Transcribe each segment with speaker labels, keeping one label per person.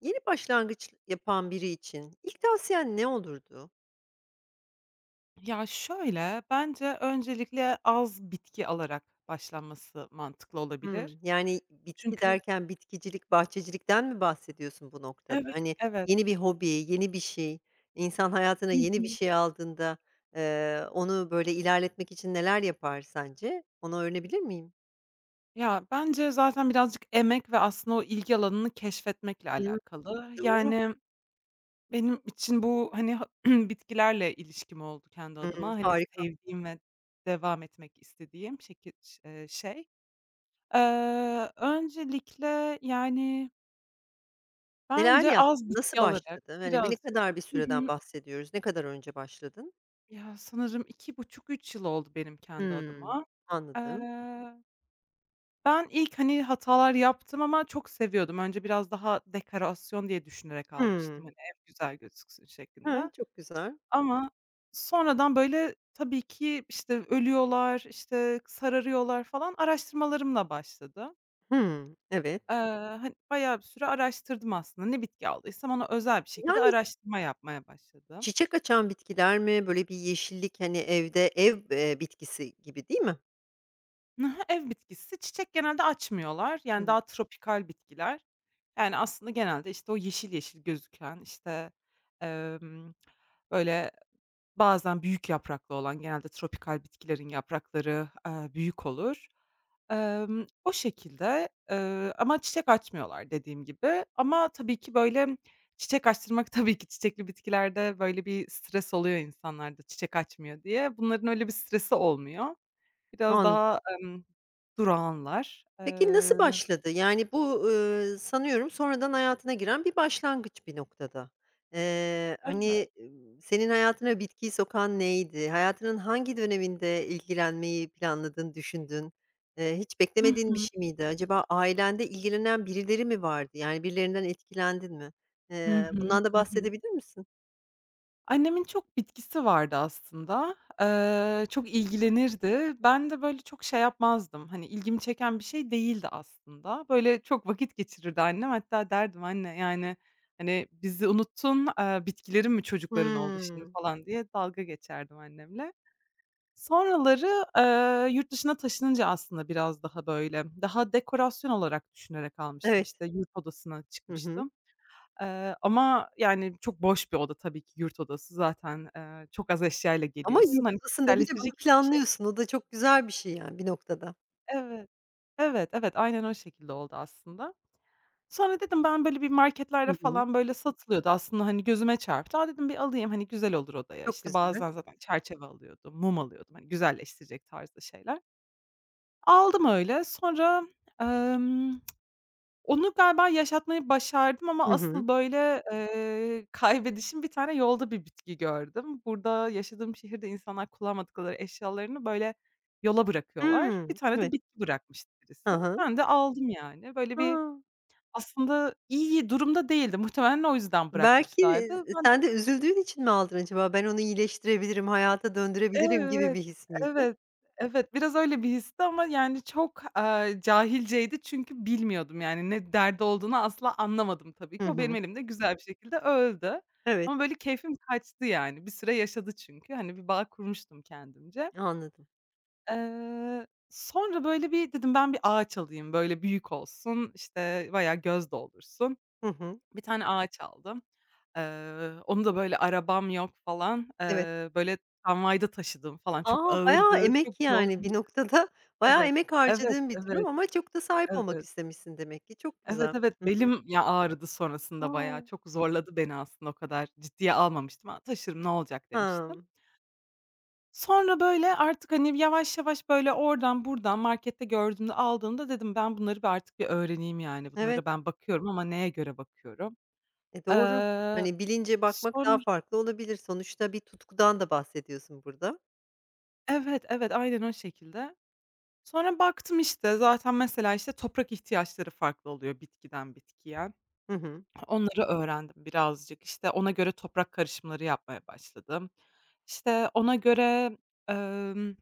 Speaker 1: Yeni başlangıç yapan biri için ilk tavsiyen ne olurdu?
Speaker 2: Ya, şöyle, bence öncelikle az bitki alarak başlanması mantıklı olabilir.
Speaker 1: Hımm. Yani, bitki
Speaker 2: Çünkü
Speaker 1: derken bitkicilik, bahçecilikten mi bahsediyorsun bu noktada?
Speaker 2: Evet,
Speaker 1: Hani,
Speaker 2: evet.
Speaker 1: yeni bir hobi, yeni bir şey, insan hayatına
Speaker 2: Hı
Speaker 1: yeni bir
Speaker 2: hı.
Speaker 1: şey aldığında, onu, böyle, ilerletmek için neler yapar sence? Onu öğrenebilir miyim?
Speaker 2: Ya, bence zaten birazcık emek ve aslında o ilgi alanını keşfetmekle
Speaker 1: Hımm.
Speaker 2: alakalı.
Speaker 1: Doğru.
Speaker 2: Yani, benim için bu, hani, bitkilerle ilişkim oldu kendi adıma.
Speaker 1: Hımm.
Speaker 2: Hani,
Speaker 1: Harika.
Speaker 2: sevdiğim ve devam etmek istediğim şekil ş şey. Öncelikle, yani,
Speaker 1: Neler
Speaker 2: bence az
Speaker 1: yaptın? Nasıl
Speaker 2: bitki alarak
Speaker 1: başladın? Hani, ne
Speaker 2: biraz.
Speaker 1: kadar bir süreden bahsediyoruz? Ne kadar önce başladın?
Speaker 2: Ya, sanırım iki buçuk üç yıl oldu benim kendi
Speaker 1: Hımm.
Speaker 2: adıma.
Speaker 1: Anladım.
Speaker 2: Eee, Ben ilk, hani, hatalar yaptım ama çok seviyordum. Önce biraz daha dekorasyon diye düşünerek almıştım,
Speaker 1: Hımm.
Speaker 2: hani, ev güzel gözüksün
Speaker 1: He,
Speaker 2: şeklinde.
Speaker 1: çok güzel.
Speaker 2: Ama sonradan, böyle, tabii ki, işte, ölüyorlar, işte, sararıyorlar falan araştırmalarımla başladı.
Speaker 1: Hımm, evet.
Speaker 2: Eee, hani, bayağı bir süre araştırdım aslında. Ne bitki aldıysam ona özel bir şekilde
Speaker 1: Yani,
Speaker 2: araştırma yapmaya başladım.
Speaker 1: çiçek açan bitkiler mi? Böyle bir yeşillik, hani, evde ev bitkisi gibi değil mi?
Speaker 2: Hı hı, ev bitkisi. Çiçek genelde açmıyorlar.
Speaker 1: Hı
Speaker 2: Yani,
Speaker 1: hı,
Speaker 2: daha tropikal bitkiler. Yani, aslında genelde, işte, o yeşil yeşil gözüken, işte, emm, böyle, bazen büyük yapraklı olan, genelde tropikal bitkilerin yaprakları, büyük olur. O şekilde, ama çiçek açmıyorlar dediğim gibi. Ama tabii ki, böyle, çiçek açtırmak tabii ki çiçekli bitkilerde, böyle, bir stres oluyor insanlarda çiçek açmıyor diye. Bunların öyle bir stresi olmuyor. Biraz
Speaker 1: anladım.
Speaker 2: daha, durağanlar.
Speaker 1: Peki nasıl başladı? Yani, bu, sanıyorum sonradan hayatına giren bir başlangıç bir noktada.
Speaker 2: Evet.
Speaker 1: Hani, senin hayatına bitkiyi sokan neydi? Hayatının hangi döneminde ilgilenmeyi planladın, düşündün? Hiç
Speaker 2: Hı
Speaker 1: beklemediğin bir
Speaker 2: hı.
Speaker 1: şey miydi? Acaba ailende ilgilenen birileri mi vardı? Yani, birilerinden etkilendin mi?
Speaker 2: Hı hı.
Speaker 1: Bundan da
Speaker 2: Hı hı.
Speaker 1: bahsedebilir misin?
Speaker 2: Annemin çok bitkisi vardı aslında. Çok ilgilenirdi. Ben de böyle çok şey yapmazdım, hani, ilgimi çeken bir şey değildi aslında. Böyle çok vakit geçirirdi annem. Hatta derdim, "Anne, yani, hani, bizi unuttun, bitkilerin mi çocukların oldu şimdi?"
Speaker 1: Hımm.
Speaker 2: falan diye dalga geçerdim annemle. Sonraları, yurt dışına taşınınca aslında biraz daha, böyle, daha dekorasyon olarak düşünerek almıştım.
Speaker 1: Evet.
Speaker 2: İşte, yurt odasına
Speaker 1: Hı hı.
Speaker 2: çıkmıştım. Ama, yani, çok boş bir oda tabii ki yurt odası. Zaten, çok az eşyayla
Speaker 1: Ama
Speaker 2: geliyorsun.
Speaker 1: yurt
Speaker 2: Hani,
Speaker 1: odasında bir de bunu
Speaker 2: kişiselleştirecek hiçbir şey
Speaker 1: planlıyorsun. O da çok güzel bir şey yani bir noktada.
Speaker 2: Evet, evet, evet, aynen o şekilde oldu aslında. Sonra dedim ben, böyle, bir
Speaker 1: Hı
Speaker 2: marketlerde
Speaker 1: hı.
Speaker 2: falan, böyle, satılıyordu aslında, hani, gözüme çarptı. A, dedim bir alayım, hani, güzel olur odaya.
Speaker 1: Çok
Speaker 2: İşte,
Speaker 1: güzel.
Speaker 2: bazen zaten çerçeve alıyordum, mum alıyordum, hani, güzelleştirecek tarzda şeyler. Aldım öyle. Sonra, emm, onu galiba yaşatmayı başardım ama
Speaker 1: Hı hı.
Speaker 2: asıl, böyle, kaybedişim bir tane yolda bir bitki gördüm. Burada yaşadığım şehirde insanlar kullanmadıkları eşyalarını, böyle, yola bırakıyorlar.
Speaker 1: Hımm.
Speaker 2: Bir tane
Speaker 1: Evet.
Speaker 2: de bitki bırakmıştı
Speaker 1: Hı
Speaker 2: birisi.
Speaker 1: hı.
Speaker 2: Ben de aldım yani. Böyle bir
Speaker 1: A!
Speaker 2: aslında iyi durumda değildi. Muhtemelen o yüzden
Speaker 1: Belki,
Speaker 2: bırakmışlardı. Ben
Speaker 1: sen
Speaker 2: de
Speaker 1: de üzüldüğün için mi aldın acaba? Ben onu iyileştirebilirim, hayata döndürebilirim gibi
Speaker 2: Evet,
Speaker 1: bir his miydi?
Speaker 2: evet, evet. Biraz öyle bir histi ama yani çok, cahilceydi çünkü bilmiyordum yani ne derdi olduğunu asla anlamadım tabii
Speaker 1: Hı
Speaker 2: ki. O benim
Speaker 1: hı.
Speaker 2: elimde güzel bir şekilde öldü
Speaker 1: Evet.
Speaker 2: ama böyle keyfim kaçtı yani. Bir süre yaşadı çünkü. Hani bir bağ kurmuştum kendimce.
Speaker 1: Anladım.
Speaker 2: Sonra böyle bir dedim ben bir ağaç alayım, böyle büyük olsun, işte, bayağı göz doldursun.
Speaker 1: Hı hı.
Speaker 2: Bir tane ağaç aldım. Onu da böyle arabam yok falan,
Speaker 1: Evet.
Speaker 2: böyle tramvayda taşıdım falan. Çok
Speaker 1: A! Bayağı
Speaker 2: ağırdı, çok
Speaker 1: emek yani bir
Speaker 2: zorlu
Speaker 1: noktada bayağı
Speaker 2: Evet,
Speaker 1: emek
Speaker 2: evet,
Speaker 1: harcadığın bir durum
Speaker 2: evet,
Speaker 1: ama çok da sahip olmak
Speaker 2: evet.
Speaker 1: istemişsin demek ki. Çok
Speaker 2: Evet,
Speaker 1: güzel. Hı
Speaker 2: evet,
Speaker 1: hı.
Speaker 2: belim ya ağrıdı
Speaker 1: A!
Speaker 2: sonrasında bayağı. Çok zorladı beni aslında o kadar ciddiye almamıştım. "A, taşırım ne olacak?" demiştim.
Speaker 1: Hımm.
Speaker 2: Sonra böyle artık, hani, yavaş yavaş böyle oradan buradan markette gördüğümde aldığımda dedim ben bunları bir artık bir öğreneyim yani.
Speaker 1: Evet.
Speaker 2: Bunlara ben bakıyorum ama neye göre bakıyorum?
Speaker 1: E, doğru.
Speaker 2: Eee,
Speaker 1: Hani, bilince bakmak daha
Speaker 2: sonra
Speaker 1: farklı olabilir. Sonuçta bir tutkudan da bahsediyorsun burada.
Speaker 2: Evet, evet, aynen o şekilde. Sonra baktım, işte, zaten mesela, işte, toprak ihtiyaçları farklı oluyor bitkiden bitkiye.
Speaker 1: Hı hı.
Speaker 2: Onları öğrendim birazcık. İşte, ona göre toprak karışımları yapmaya başladım. İşte, ona göre, emm,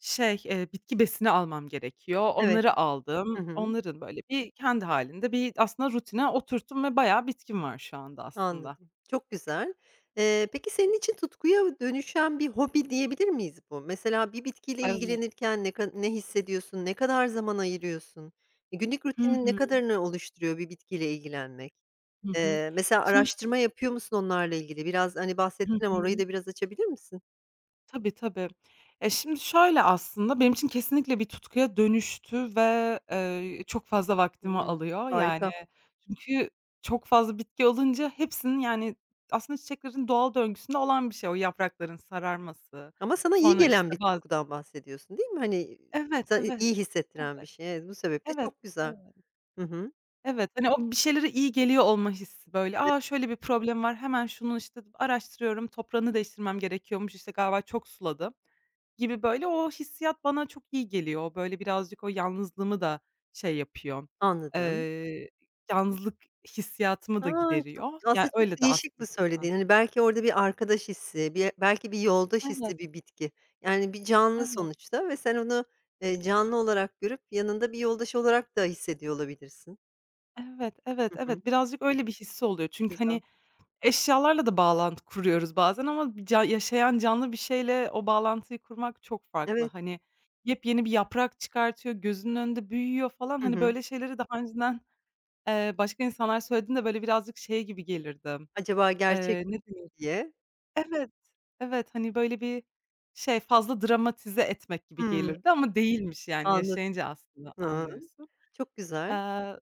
Speaker 2: şey, bitki besini almam gerekiyor.
Speaker 1: Evet.
Speaker 2: Onları aldım.
Speaker 1: Hı hı.
Speaker 2: Onların böyle bir kendi hâlinde bir aslında rutine oturttum ve bayağı bitkim var şu anda aslında.
Speaker 1: Anladım. Çok güzel. Peki senin için tutkuya dönüşen bir hobi diyebilir miyiz bu? Mesela bir bitkiyle
Speaker 2: Evet.
Speaker 1: ilgilenirken ne hissediyorsun? Ne kadar zaman ayırıyorsun? E, günlük
Speaker 2: Hı
Speaker 1: rutinin ne
Speaker 2: hı.
Speaker 1: kadarını oluşturuyor bir bitkiyle ilgilenmek?
Speaker 2: Hı hı.
Speaker 1: Mesela
Speaker 2: Şimdi ş
Speaker 1: araştırma yapıyor musun onlarla ilgili? Biraz, hani,
Speaker 2: Hı
Speaker 1: bahsettin ama orayı
Speaker 2: hı.
Speaker 1: da biraz açabilir misin?
Speaker 2: Tabii, tabii. Ya, şimdi şöyle aslında, benim için kesinlikle bir tutkuya dönüştü ve, çok fazla vaktimi
Speaker 1: Hımm.
Speaker 2: alıyor. Yani,
Speaker 1: Harika.
Speaker 2: çünkü çok fazla bitki olunca hepsinin, yani, aslında çiçeklerin doğal döngüsünde olan bir şey o yaprakların sararması,
Speaker 1: Ama sana iyi
Speaker 2: sonra,
Speaker 1: gelen
Speaker 2: işte,
Speaker 1: bir
Speaker 2: bazı
Speaker 1: tutkudan bahsediyorsun, değil mi? Hani,
Speaker 2: Evet,
Speaker 1: sana
Speaker 2: evet.
Speaker 1: iyi hissettiren bir
Speaker 2: Evet,
Speaker 1: şey. Evet, bu sebeple
Speaker 2: evet,
Speaker 1: çok güzel.
Speaker 2: evet,
Speaker 1: Hı hı,
Speaker 2: evet. Hani, o bir şeylere iyi geliyor olma hissi, böyle, "A, şöyle bir problem var, hemen şunu, işte, araştırıyorum, toprağını değiştirmem gerekiyormuş, işte, galiba çok suladım." gibi, böyle, o hissiyat bana çok iyi geliyor. Böyle, birazcık o yalnızlığımı da şey yapıyor,
Speaker 1: anladım.
Speaker 2: eee, yalnızlık hissiyatımı da
Speaker 1: A, çok
Speaker 2: gideriyor. Yani,
Speaker 1: aslında çok
Speaker 2: öyle de
Speaker 1: değişik bu
Speaker 2: aslında bir
Speaker 1: söylediğin.
Speaker 2: anlam
Speaker 1: Hani, belki orada bir arkadaş hissi, belki bir yoldaş
Speaker 2: Evet,
Speaker 1: hissi bir bitki. Yani, bir canlı
Speaker 2: evet,
Speaker 1: sonuçta ve sen onu, canlı olarak görüp yanında bir yoldaş olarak da hissediyor olabilirsin.
Speaker 2: evet, evet,
Speaker 1: Hı hı,
Speaker 2: evet. Birazcık öyle bir hissi oluyor. Çünkü,
Speaker 1: güzel.
Speaker 2: hani, eşyalarla da bağlantı kuruyoruz bazen ama bir ca yaşayan canlı bir şeyle o bağlantıyı kurmak çok farklı.
Speaker 1: Evet.
Speaker 2: Hani, yepyeni bir yaprak çıkartıyor, gözünün önünde büyüyor falan.
Speaker 1: Hı
Speaker 2: Hani,
Speaker 1: hı.
Speaker 2: böyle şeyleri daha önceden, başka insanlar söylediğinde, böyle, birazcık şey gibi gelirdi,
Speaker 1: Acaba gerçek mi
Speaker 2: Ne denir?
Speaker 1: diye.
Speaker 2: Evet, evet, hani, böyle, bir şey, fazla dramatize etmek gibi
Speaker 1: Hımm,
Speaker 2: gelirdi ama değilmiş yani
Speaker 1: anladım.
Speaker 2: yaşayınca aslında
Speaker 1: Hı.
Speaker 2: anlıyorsun.
Speaker 1: Çok güzel.
Speaker 2: Eee,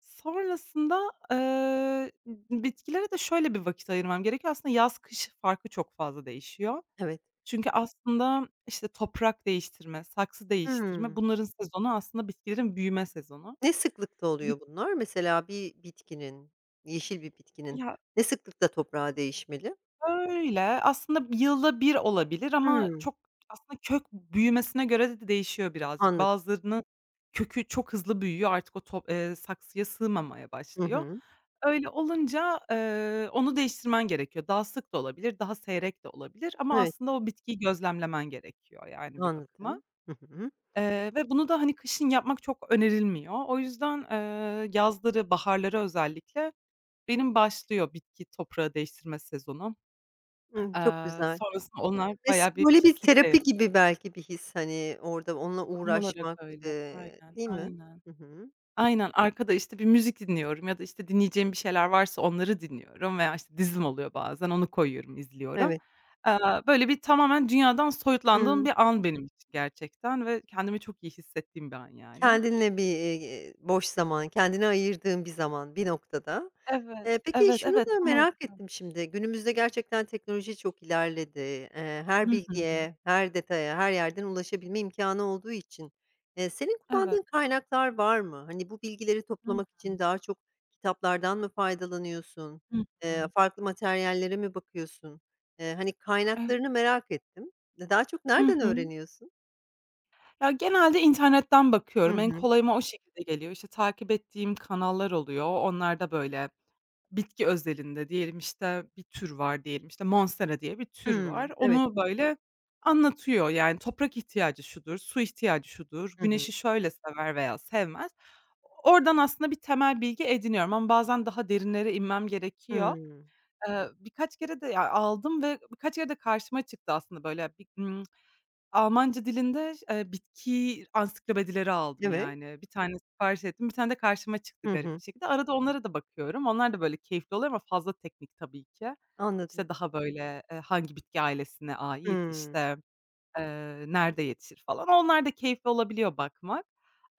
Speaker 2: sonrasında, bitkilere de şöyle bir vakit ayırmam gerekiyor. Aslında yaz kış farkı çok fazla değişiyor.
Speaker 1: Evet.
Speaker 2: Çünkü aslında, işte, toprak değiştirme, saksı değiştirme
Speaker 1: Hımm.
Speaker 2: bunların sezonu aslında bitkilerin büyüme sezonu.
Speaker 1: Ne sıklıkta
Speaker 2: Bit
Speaker 1: oluyor bunlar? Mesela bir bitkinin, yeşil bir bitkinin
Speaker 2: ya
Speaker 1: ne sıklıkta toprağa değişmeli?
Speaker 2: Öyle. Aslında yılda bir olabilir ama
Speaker 1: Hımm,
Speaker 2: çok aslında kök büyümesine göre de değişiyor birazcık.
Speaker 1: anladım.
Speaker 2: Bazılarının kökü çok hızlı büyüyor, artık o top saksıya sığmamaya
Speaker 1: Hı
Speaker 2: başlıyor.
Speaker 1: hı.
Speaker 2: Öyle olunca, onu değiştirmen gerekiyor. Daha sık da olabilir, daha seyrek de olabilir ama
Speaker 1: Evet,
Speaker 2: aslında o bitkiyi gözlemlemen gerekiyor yani bir bakıma.
Speaker 1: anladım. Hı hı.
Speaker 2: Ve bunu da, hani, kışın yapmak çok önerilmiyor. O yüzden, yazları, baharları özellikle benim başlıyor bitki toprağı değiştirme sezonu.
Speaker 1: Hımm, çok güzel.
Speaker 2: Sonrasında onlar
Speaker 1: Res
Speaker 2: bayağı bir
Speaker 1: böyle bir
Speaker 2: pislik de yap
Speaker 1: terapi gibi belki bir his, hani, orada onunla
Speaker 2: Tam olarak
Speaker 1: uğraşmak,
Speaker 2: öyle. Aynen,
Speaker 1: değil mi?
Speaker 2: aynen.
Speaker 1: Hı hı.
Speaker 2: Aynen, arkada, işte, bir müzik dinliyorum ya da, işte, dinleyeceğim bir şeyler varsa onları dinliyorum veya, işte, dizim oluyor bazen onu koyuyorum, izliyorum.
Speaker 1: Evet.
Speaker 2: Eee, böyle bir tamamen dünyadan soyutlandığım
Speaker 1: Hıı.
Speaker 2: bir an benim için gerçekten ve kendimi çok iyi hissettiğim bir an yani.
Speaker 1: Kendinle bir, boş zaman, kendine ayırdığın bir zaman bir noktada.
Speaker 2: Evet,
Speaker 1: Peki
Speaker 2: evet,
Speaker 1: şunu
Speaker 2: evet,
Speaker 1: da
Speaker 2: tam olarak
Speaker 1: merak ettim şimdi, günümüzde gerçekten teknoloji çok ilerledi.
Speaker 2: Hı
Speaker 1: Her
Speaker 2: hı.
Speaker 1: bilgiye, her detaya, her yerden ulaşabilme imkanı olduğu için, senin
Speaker 2: Evet.
Speaker 1: kullandığın kaynaklar var mı? Hani, bu bilgileri
Speaker 2: Hı
Speaker 1: toplamak için daha çok kitaplardan mı faydalanıyorsun?
Speaker 2: hı. Hı.
Speaker 1: Farklı materyallere mi bakıyorsun? Hani,
Speaker 2: Evet.
Speaker 1: kaynaklarını merak ettim. Daha çok
Speaker 2: Hı
Speaker 1: nereden
Speaker 2: hı.
Speaker 1: öğreniyorsun?
Speaker 2: Ya, genelde internetten
Speaker 1: Hı
Speaker 2: bakıyorum. En
Speaker 1: hı.
Speaker 2: kolayıma o şekilde geliyor. İşte, takip ettiğim kanallar oluyor. Onlarda, böyle, bitki özelinde diyelim, işte, bir tür var diyelim, işte, Monstera diye bir tür
Speaker 1: Hımm.
Speaker 2: var.
Speaker 1: Evet.
Speaker 2: Onu, böyle, anlatıyor. Yani, toprak ihtiyacı şudur, su ihtiyacı şudur,
Speaker 1: Hı hı.
Speaker 2: güneşi şöyle sever veya sevmez. Oradan aslında bir temel bilgi ediniyorum ama bazen daha derinlere inmem gerekiyor.
Speaker 1: Hımm.
Speaker 2: Birkaç kere de, ya, aldım ve birkaç yerde karşıma çıktı aslında, böyle, bir, Almanca dilinde, bitki ansiklopedileri aldım
Speaker 1: Evet.
Speaker 2: yani. Bir tane sipariş ettim, bir tane de karşıma çıktı
Speaker 1: Hı
Speaker 2: garip
Speaker 1: hı.
Speaker 2: bir şekilde. Arada onlara da bakıyorum. Onlar da böyle keyifli oluyor ama fazla teknik tabii ki.
Speaker 1: Anladım.
Speaker 2: İşte, daha böyle, hangi bitki ailesine ait,
Speaker 1: Hımm.
Speaker 2: işte, nerede yetişir falan. Onlar da keyifli olabiliyor bakmak.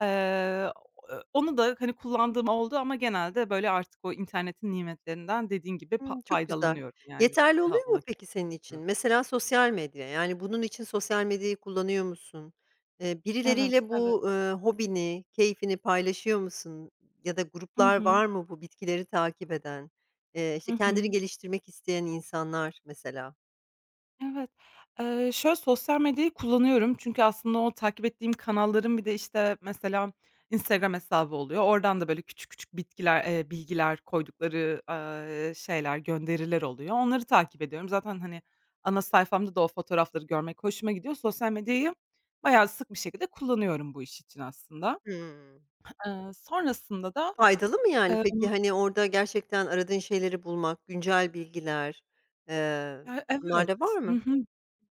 Speaker 2: Onu da, hani, kullandığım oldu ama genelde böyle artık o internetin nimetlerinden dediğin gibi
Speaker 1: Hımm, çok güzel.
Speaker 2: faydalanıyorum yani.
Speaker 1: Yeterli
Speaker 2: Daha
Speaker 1: oluyor mu
Speaker 2: ulaşılıyor.
Speaker 1: peki senin için? Mesela sosyal medya, yani, bunun için sosyal medyayı kullanıyor musun?
Speaker 2: Evet,
Speaker 1: Birileriyle
Speaker 2: evet.
Speaker 1: bu, hobini, keyfini paylaşıyor musun? Ya da
Speaker 2: Hı
Speaker 1: gruplar
Speaker 2: hı.
Speaker 1: var mı bu bitkileri takip eden, işte,
Speaker 2: Hı
Speaker 1: kendini
Speaker 2: hı.
Speaker 1: geliştirmek isteyen insanlar mesela?
Speaker 2: Evet. Şöyle, sosyal medyayı kullanıyorum çünkü aslında o takip ettiğim kanalların bir de, işte, mesela Instagram hesabı oluyor. Oradan da böyle küçük küçük bitkiler, bilgiler koydukları, şeyler, gönderiler oluyor. Onları takip ediyorum. Zaten, hani, ana sayfamda da o fotoğrafları görmek hoşuma gidiyor. Sosyal medyayı bayağı sık bir şekilde kullanıyorum bu iş için aslında.
Speaker 1: Hımm.
Speaker 2: Sonrasında da,
Speaker 1: Faydalı mı yani
Speaker 2: eee
Speaker 1: peki? Hani, orada gerçekten aradığın şeyleri bulmak, güncel bilgiler, eee,
Speaker 2: Ya,
Speaker 1: bunlar
Speaker 2: evet.
Speaker 1: da var
Speaker 2: Hı
Speaker 1: mı?
Speaker 2: hı.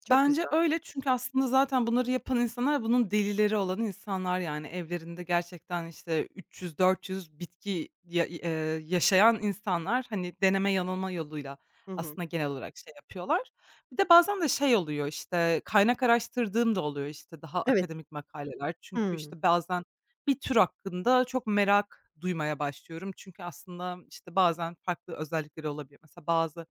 Speaker 1: Çok
Speaker 2: Bence
Speaker 1: güzel.
Speaker 2: öyle çünkü aslında zaten bunları yapan insanlar bunun delileri olan insanlar, yani, evlerinde gerçekten, işte, 300-400 bitki ya yaşayan insanlar, hani, deneme yanılma yoluyla
Speaker 1: Hı hı.
Speaker 2: aslında genel olarak şey yapıyorlar. Bir de bazen de şey oluyor, işte, kaynak araştırdığım da oluyor, işte, daha
Speaker 1: Evet.
Speaker 2: akademik makaleler. Çünkü,
Speaker 1: Hımm.
Speaker 2: işte, bazen bir tür hakkında çok merak duymaya başlıyorum. Çünkü aslında, işte, bazen farklı özellikleri olabiliyor. Mesela bazı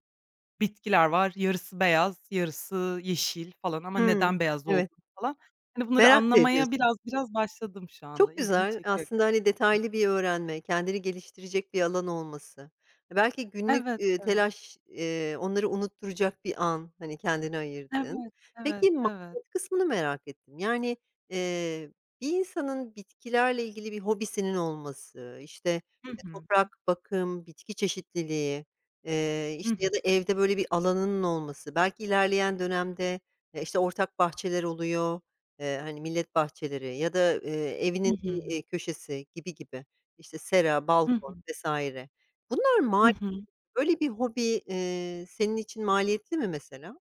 Speaker 2: bitkiler var. Yarısı beyaz, yarısı yeşil falan ama
Speaker 1: Hımm.
Speaker 2: neden beyaz
Speaker 1: Evet.
Speaker 2: olduğunu falan. Hani, bunları
Speaker 1: Merak da
Speaker 2: anlamaya
Speaker 1: ediyorsun.
Speaker 2: biraz biraz başladım şu anda.
Speaker 1: Çok
Speaker 2: İlgimi
Speaker 1: güzel.
Speaker 2: çekiyor
Speaker 1: Aslında, hani, detaylı bir öğrenme, kendini geliştirecek bir alan olması. Belki günlük,
Speaker 2: Evet, evet.
Speaker 1: telaş, onları unutturacak bir an, hani, kendine ayırdığın.
Speaker 2: Evet, evet,
Speaker 1: Peki,
Speaker 2: evet.
Speaker 1: maddiyat kısmını merak ettim. Yani, eee, bir insanın bitkilerle ilgili bir hobisinin olması, işte,
Speaker 2: Hı hı.
Speaker 1: toprak, bakım, bitki çeşitliliği,
Speaker 2: Hı
Speaker 1: işte,
Speaker 2: hı.
Speaker 1: ya da evde böyle bir alanının olması, belki ilerleyen dönemde, işte, ortak bahçeler oluyor. Hani, millet bahçeleri ya da,
Speaker 2: Hı
Speaker 1: evinin bir,
Speaker 2: hı.
Speaker 1: köşesi gibi gibi, işte, sera,
Speaker 2: Hı hı.
Speaker 1: balkon vesaire. Bunlar
Speaker 2: Hı hı.
Speaker 1: maliyetli. Böyle bir hobi, senin için maliyetli mi mesela?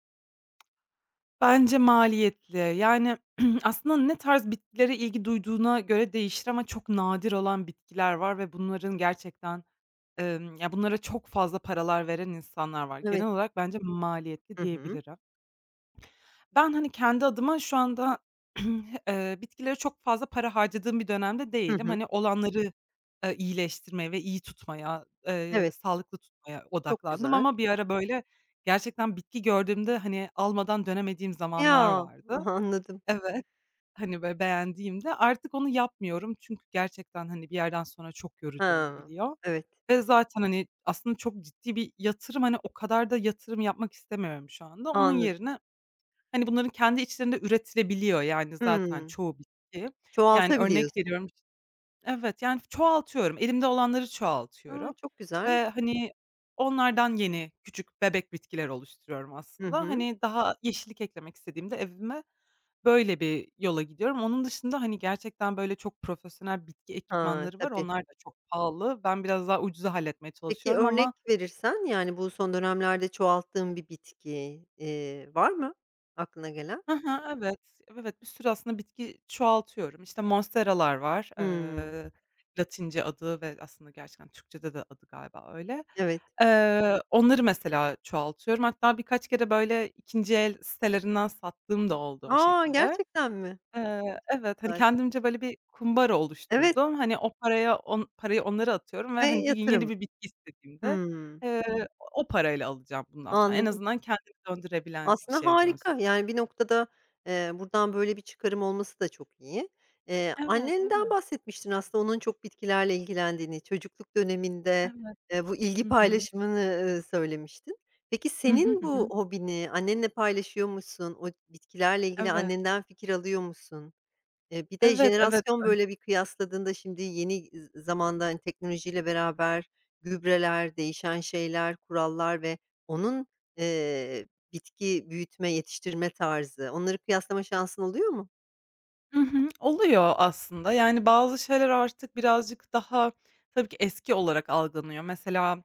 Speaker 2: Bence maliyetli. Yani, aslında ne tarz bitkilere ilgi duyduğuna göre değişir ama çok nadir olan bitkiler var ve bunların gerçekten, ya, bunlara çok fazla paralar veren insanlar var.
Speaker 1: Evet.
Speaker 2: Genel olarak bence maliyetli
Speaker 1: Hı hı.
Speaker 2: diyebilirim. Ben, hani, kendi adıma şu anda, bitkilere çok fazla para harcadığım bir dönemde
Speaker 1: Hı
Speaker 2: değilim.
Speaker 1: hı.
Speaker 2: Hani, olanları, iyileştirmeye ve iyi tutmaya,
Speaker 1: Evet,
Speaker 2: sağlıklı tutmaya
Speaker 1: çok
Speaker 2: odaklandım
Speaker 1: güzel.
Speaker 2: ama bir ara, böyle, gerçekten bitki gördüğümde, hani, almadan dönemediğim zamanlar
Speaker 1: Ya!
Speaker 2: vardı.
Speaker 1: Anladım.
Speaker 2: Evet, hani, böyle, beğendiğimde artık onu yapmıyorum çünkü gerçekten, hani, bir yerden sonra çok yorucu
Speaker 1: Ha,
Speaker 2: olabiliyor
Speaker 1: evet,
Speaker 2: ve zaten, hani, aslında çok ciddi bir yatırım, hani, o kadar da yatırım yapmak istemiyorum şu anda. Onun
Speaker 1: anladım.
Speaker 2: yerine Hani, bunların kendi içlerinde üretilebiliyor, yani, zaten
Speaker 1: Hımm.
Speaker 2: çoğu bitki. Yani, örnek
Speaker 1: Çoğaltabiliyorsun.
Speaker 2: veriyorum işte, Evet, yani, çoğaltıyorum. Elimde olanları
Speaker 1: A,
Speaker 2: çoğaltıyorum
Speaker 1: çok güzel.
Speaker 2: ve, hani, onlardan yeni küçük bebek bitkiler oluşturuyorum
Speaker 1: Hı
Speaker 2: aslında.
Speaker 1: hı.
Speaker 2: Hani, daha yeşillik eklemek istediğimde evime böyle bir yola gidiyorum. Onun dışında, hani, gerçekten, böyle, çok profesyonel bitki
Speaker 1: Ha,
Speaker 2: ekipmanları var.
Speaker 1: tabii.
Speaker 2: Onlar da çok pahalı. Ben biraz daha ucuza halletmeye
Speaker 1: Peki,
Speaker 2: çalışıyorum
Speaker 1: örnek
Speaker 2: ama
Speaker 1: verirsen, yani, bu son dönemlerde çoğalttığın bir bitki, var mı aklına gelen?
Speaker 2: Hı hı, evet. Evet, bir sürü aslında bitki çoğaltıyorum. İşte, monsteralar var.
Speaker 1: Hımm.
Speaker 2: Latince adı ve aslında gerçekten Türkçede de adı galiba öyle.
Speaker 1: Evet.
Speaker 2: Onları mesela çoğaltıyorum. Hatta birkaç kere, böyle, ikinci el sitelerinden sattığım da oldu o
Speaker 1: A!
Speaker 2: şekilde.
Speaker 1: Gerçekten mi? E, çok
Speaker 2: Evet, hani,
Speaker 1: güzel.
Speaker 2: kendimce, böyle, bir kumbara
Speaker 1: Evet
Speaker 2: oluşturdum. Hani, o paraya on parayı onlara atıyorum ve,
Speaker 1: ve
Speaker 2: hani, bir gün yeni
Speaker 1: yatırım.
Speaker 2: bir bitki istediğimde,
Speaker 1: Hımm.
Speaker 2: o parayla alacağım bundan sonra. En
Speaker 1: Anladım.
Speaker 2: azından kendini döndürebilen bir
Speaker 1: Aslında
Speaker 2: şeye dönsün.
Speaker 1: harika. Yani bir noktada, buradan böyle bir çıkarım olması da çok iyi.
Speaker 2: Evet,
Speaker 1: Annenden
Speaker 2: evet.
Speaker 1: bahsetmiştin aslında onun çok bitkilerle ilgilendiğini, çocukluk döneminde,
Speaker 2: Evet.
Speaker 1: bu ilgi
Speaker 2: Hı hı.
Speaker 1: paylaşımını, söylemiştin. Peki
Speaker 2: Hı hı,
Speaker 1: senin
Speaker 2: hı
Speaker 1: bu
Speaker 2: hı.
Speaker 1: hobini annenle paylaşıyor musun? O bitkilerle ilgili
Speaker 2: Evet.
Speaker 1: annenden fikir alıyor musun? Bir de
Speaker 2: Evet, evet.
Speaker 1: jenerasyon, böyle, bir kıyasladığında şimdi yeni zamanda, hani, teknolojiyle beraber gübreler, değişen şeyler, kurallar ve onun, eee, bitki büyütme, yetiştirme tarzı, onları kıyaslama şansın oluyor mu?
Speaker 2: Hı hı. Oluyor aslında. Yani, bazı şeyler artık birazcık daha tabii ki eski olarak algılanıyor. Mesela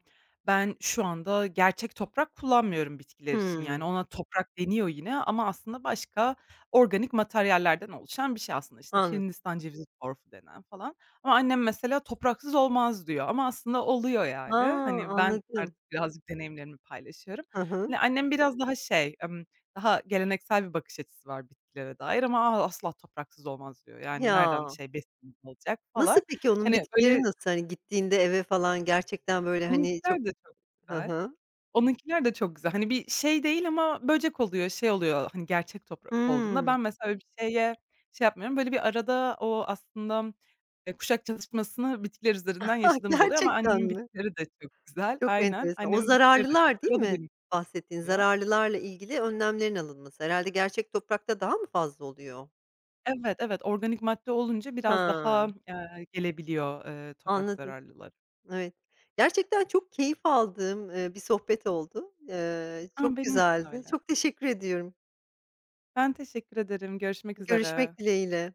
Speaker 2: ben şu anda gerçek toprak kullanmıyorum bitkiler için. Yani,
Speaker 1: Hımm,
Speaker 2: ona toprak deniyor yine ama aslında başka organik materyallerden oluşan bir şey aslında. İşte,
Speaker 1: anladım.
Speaker 2: Hindistan cevizi torfu denen falan ama annem mesela topraksız olmaz diyor ama aslında oluyor
Speaker 1: A,
Speaker 2: yani. Hani, ben
Speaker 1: anladım.
Speaker 2: artık birazcık deneyimlerimi paylaşıyorum.
Speaker 1: Hı hı.
Speaker 2: Hani, annem biraz daha şey, daha geleneksel bir bakış açısı var bitkilere dair ama "A, asla topraksız olmaz." diyor. Yani nereden
Speaker 1: Ya,
Speaker 2: şey besin olacak
Speaker 1: nasıl
Speaker 2: falan.
Speaker 1: peki onun
Speaker 2: Hani,
Speaker 1: bitkileri
Speaker 2: böyle
Speaker 1: nasıl? Hani, gittiğinde eve falan gerçekten, böyle, hani, çok.
Speaker 2: onunkiler de çok
Speaker 1: Hı
Speaker 2: güzel.
Speaker 1: hı.
Speaker 2: Onunkiler de çok güzel. Hani, bir şey değil ama böcek oluyor, şey oluyor, hani, gerçek toprak olduğunda.
Speaker 1: Hımm.
Speaker 2: Ben mesela öyle bir şeye şey yapmıyorum. Böyle bir arada o aslında, kuşak çatışmasını bitkiler üzerinden yaşadığımız oluyor ama
Speaker 1: Gerçekten
Speaker 2: annemin
Speaker 1: mi?
Speaker 2: bitkileri de çok güzel.
Speaker 1: Çok
Speaker 2: Aynen,
Speaker 1: enteresan. O
Speaker 2: annemin bitkileri de çok
Speaker 1: zararlılar değil
Speaker 2: güzel. O da
Speaker 1: mi
Speaker 2: beni
Speaker 1: bahsettiğin? Zararlılarla ilgili önlemlerin alınması. Herhalde gerçek toprakta daha mı fazla oluyor?
Speaker 2: Evet, evet, organik madde olunca biraz daha,
Speaker 1: Ha,
Speaker 2: gelebiliyor, toprak
Speaker 1: anladım.
Speaker 2: zararlıları.
Speaker 1: Evet. Gerçekten çok keyif aldığım, bir sohbet oldu.
Speaker 2: A,
Speaker 1: Çok
Speaker 2: benim için de
Speaker 1: güzeldi.
Speaker 2: öyle.
Speaker 1: Çok teşekkür ediyorum.
Speaker 2: Ben teşekkür ederim. Görüşmek
Speaker 1: Görüşmek
Speaker 2: üzere.
Speaker 1: dileğiyle.